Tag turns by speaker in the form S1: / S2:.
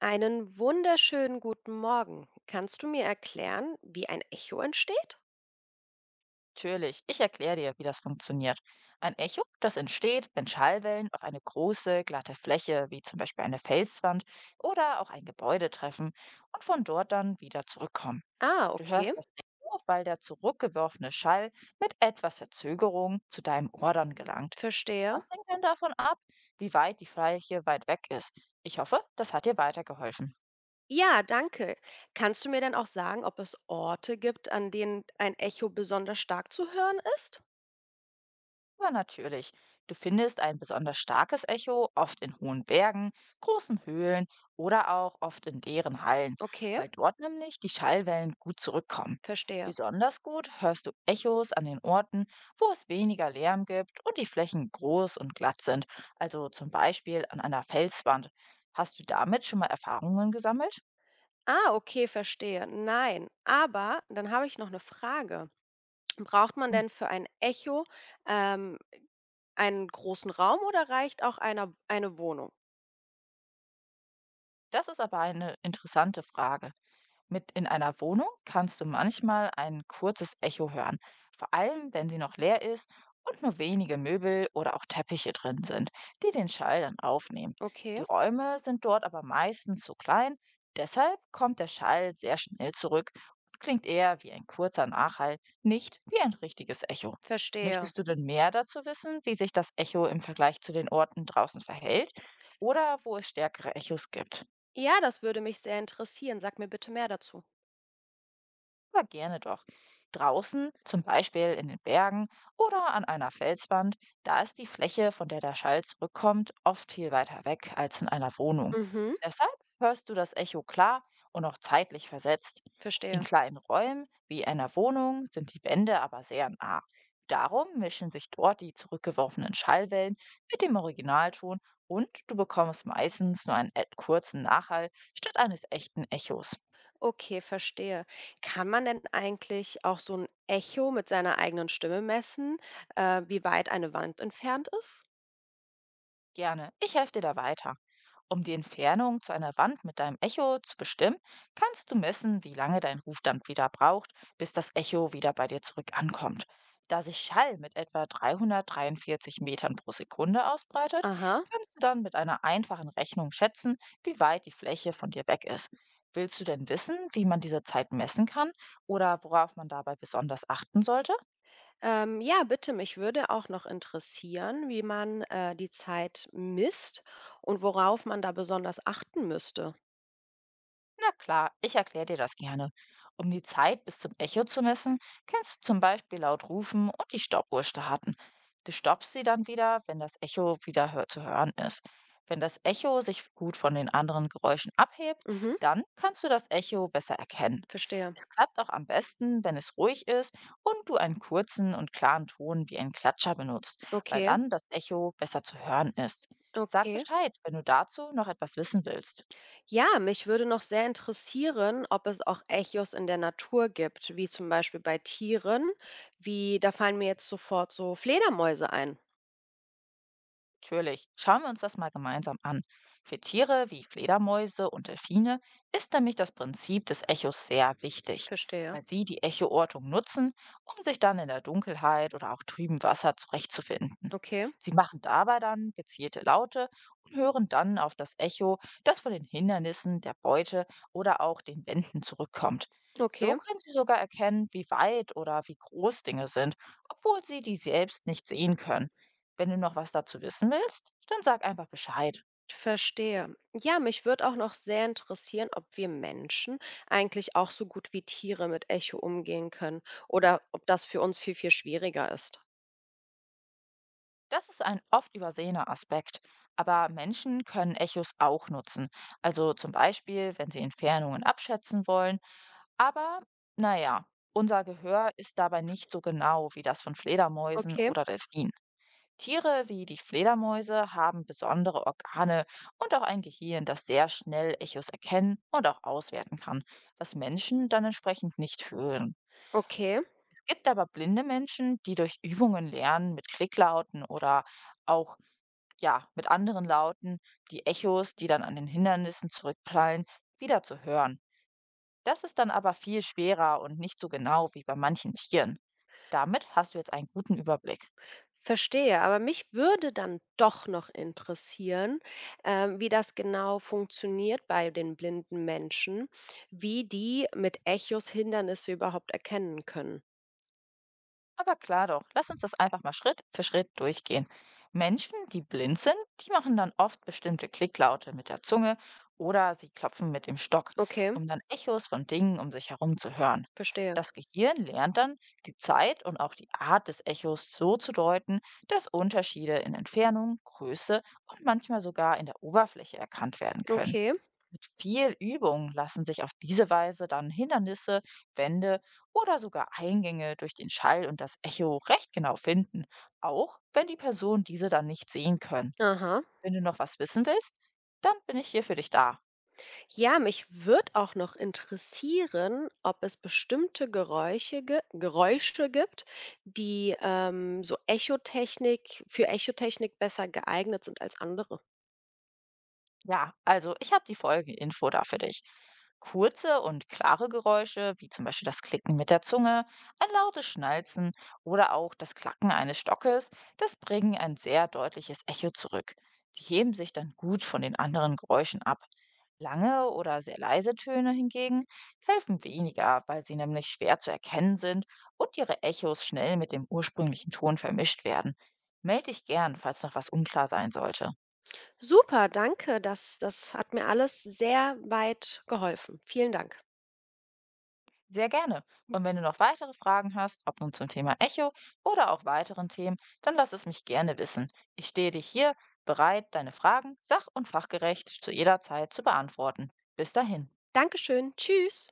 S1: Einen wunderschönen guten Morgen. Kannst du mir erklären, wie ein Echo entsteht?
S2: Natürlich, ich erkläre dir, wie das funktioniert. Ein Echo, das entsteht, wenn Schallwellen auf eine große, glatte Fläche, wie zum Beispiel eine Felswand oder auch ein Gebäude treffen und von dort dann wieder zurückkommen.
S1: Ah,
S2: Du
S1: okay,
S2: hörst das Echo, weil der zurückgeworfene Schall mit etwas Verzögerung zu deinem Ohr dann gelangt.
S1: verstehe.
S2: Das hängt dann davon ab, wie weit die Fläche weit weg ist. Ich hoffe, das hat dir weitergeholfen.
S1: Ja, danke. Kannst du mir dann auch sagen, ob es Orte gibt, an denen ein Echo besonders stark zu hören ist?
S2: Aber natürlich, du findest ein besonders starkes Echo oft in hohen Bergen, großen Höhlen oder auch oft in leeren Hallen,
S1: Okay,
S2: weil dort nämlich die Schallwellen gut zurückkommen.
S1: verstehe.
S2: Besonders gut hörst du Echos an den Orten, wo es weniger Lärm gibt und die Flächen groß und glatt sind, also zum Beispiel an einer Felswand. Hast du damit schon mal Erfahrungen gesammelt?
S1: Ah, okay, verstehe. Nein, aber dann habe ich noch eine Frage. Braucht man
S2: Hm.
S1: denn für ein Echo ähm, einen großen Raum oder reicht eine Wohnung?
S2: Das ist aber eine interessante Frage. Mit in einer Wohnung kannst du manchmal ein kurzes Echo hören, vor allem wenn sie noch leer ist und nur wenige Möbel oder auch Teppiche drin sind, die den Schall dann aufnehmen.
S1: Okay,
S2: Die Räume sind dort aber meistens zu klein, deshalb kommt der Schall sehr schnell zurück und klingt eher wie ein kurzer Nachhall, nicht wie ein richtiges Echo.
S1: verstehe.
S2: Möchtest du denn mehr dazu wissen, wie sich das Echo im Vergleich zu den Orten draußen verhält oder wo es stärkere Echos gibt?
S1: Ja, das würde mich sehr interessieren. Sag mir bitte mehr dazu.
S2: Aber gerne doch. Draußen, zum Beispiel in den Bergen oder an einer Felswand, da ist die Fläche, von der der Schall zurückkommt, oft viel weiter weg als in einer Wohnung.
S1: Mhm,
S2: Deshalb hörst du das Echo klar und auch zeitlich versetzt. In
S1: verstehe.
S2: kleinen Räumen wie einer Wohnung sind die Wände aber sehr nah. Darum mischen sich dort die zurückgeworfenen Schallwellen mit dem Originalton und du bekommst meistens nur einen kurzen Nachhall statt eines echten Echos.
S1: Okay, verstehe. Kann man denn eigentlich auch so ein Echo mit seiner eigenen Stimme messen, wie weit eine Wand entfernt ist?
S2: Gerne, ich helfe dir da weiter. Um die Entfernung zu einer Wand mit deinem Echo zu bestimmen, kannst du messen, wie lange dein Ruf dann wieder braucht, bis das Echo wieder bei dir zurück ankommt. Da sich Schall mit etwa 343 Metern pro Sekunde ausbreitet,
S1: Aha.
S2: kannst du dann mit einer einfachen Rechnung schätzen, wie weit die Fläche von dir weg ist. Willst du denn wissen, wie man diese Zeit messen kann oder worauf man dabei besonders achten sollte?
S1: Ja, bitte, mich würde auch noch interessieren, wie die Zeit misst und worauf man da besonders achten müsste.
S2: Na klar, ich erkläre dir das gerne. Um die Zeit bis zum Echo zu messen, kannst du zum Beispiel laut rufen und die Stoppuhr starten. Du stoppst sie dann wieder, wenn das Echo wieder hör zu hören ist. Wenn das Echo sich gut von den anderen Geräuschen abhebt,
S1: Mhm,
S2: dann kannst du das Echo besser erkennen.
S1: verstehe.
S2: Es klappt auch am besten, wenn es ruhig ist und du einen kurzen und klaren Ton wie einen Klatscher benutzt, weil
S1: Okay,
S2: dann das Echo besser zu hören ist. Sag
S1: okay.
S2: Bescheid, wenn du dazu noch etwas wissen willst.
S1: Ja, mich würde noch sehr interessieren, ob es auch Echos in der Natur gibt, wie zum Beispiel bei Tieren. Wie, da fallen mir jetzt sofort so Fledermäuse ein.
S2: Natürlich, schauen wir uns das mal gemeinsam an. Für Tiere wie Fledermäuse und Delfine ist nämlich das Prinzip des Echos sehr wichtig,
S1: Verstehe.
S2: weil sie die Echoortung nutzen, um sich dann in der Dunkelheit oder auch trüben Wasser zurechtzufinden.
S1: Okay,
S2: Sie machen dabei dann gezielte Laute und hören dann auf das Echo, das von den Hindernissen, der Beute oder auch den Wänden zurückkommt.
S1: okay,
S2: So können sie sogar erkennen, wie weit oder wie groß Dinge sind, obwohl sie die selbst nicht sehen können. Wenn du noch was dazu wissen willst, dann sag einfach Bescheid.
S1: verstehe. Ja, mich würde auch noch sehr interessieren, ob wir Menschen eigentlich auch so gut wie Tiere mit Echo umgehen können oder ob das für uns viel, viel schwieriger ist.
S2: Das ist ein oft übersehener Aspekt. Aber Menschen können Echos auch nutzen. Also zum Beispiel, wenn sie Entfernungen abschätzen wollen. Aber naja, unser Gehör ist dabei nicht so genau wie das von Fledermäusen
S1: Okay,
S2: oder Delfinen. Tiere wie die Fledermäuse haben besondere Organe und auch ein Gehirn, das sehr schnell Echos erkennen und auch auswerten kann, was Menschen dann entsprechend nicht hören.
S1: okay.
S2: Gibt aber blinde Menschen, die durch Übungen lernen mit Klicklauten oder auch ja, mit anderen Lauten die Echos, die dann an den Hindernissen zurückprallen, wieder zu hören. Das ist dann aber viel schwerer und nicht so genau wie bei manchen Tieren. Damit hast du jetzt einen guten Überblick.
S1: Verstehe, aber mich würde dann doch noch interessieren, wie das genau funktioniert bei den blinden Menschen, wie die mit Echos Hindernisse überhaupt erkennen können.
S2: Aber klar doch, lass uns das einfach mal Schritt für Schritt durchgehen. Menschen, die blind sind, die machen dann oft bestimmte Klicklaute mit der Zunge oder sie klopfen mit dem Stock,
S1: Okay,
S2: um dann Echos von Dingen um sich herum zu hören.
S1: verstehe.
S2: Das Gehirn lernt dann, die Zeit und auch die Art des Echos so zu deuten, dass Unterschiede in Entfernung, Größe und manchmal sogar in der Oberfläche erkannt werden können.
S1: Okay.
S2: Mit viel Übung lassen sich auf diese Weise dann Hindernisse, Wände oder sogar Eingänge durch den Schall und das Echo recht genau finden, auch wenn die Person diese dann nicht sehen können.
S1: Aha.
S2: Wenn du noch was wissen willst, dann bin ich hier für dich da.
S1: Ja, mich würde auch noch interessieren, ob es bestimmte Geräusche gibt, die so Echotechnik besser geeignet sind als andere.
S2: Ja, also ich habe die folgende Info da für dich. Kurze und klare Geräusche, wie zum Beispiel das Klicken mit der Zunge, ein lautes Schnalzen oder auch das Klacken eines Stockes, das bringen ein sehr deutliches Echo zurück. Die heben sich dann gut von den anderen Geräuschen ab. Lange oder sehr leise Töne hingegen helfen weniger, weil sie nämlich schwer zu erkennen sind und ihre Echos schnell mit dem ursprünglichen Ton vermischt werden. Meld dich gern, falls noch was unklar sein sollte.
S1: Super, danke. Das hat mir alles sehr weit geholfen. Vielen Dank.
S2: Sehr gerne. Und wenn du noch weitere Fragen hast, ob nun zum Thema Echo oder auch weiteren Themen, dann lass es mich gerne wissen. Ich stehe dich hier bereit, deine Fragen sach- und fachgerecht zu jeder Zeit zu beantworten. Bis dahin.
S1: Dankeschön. Tschüss.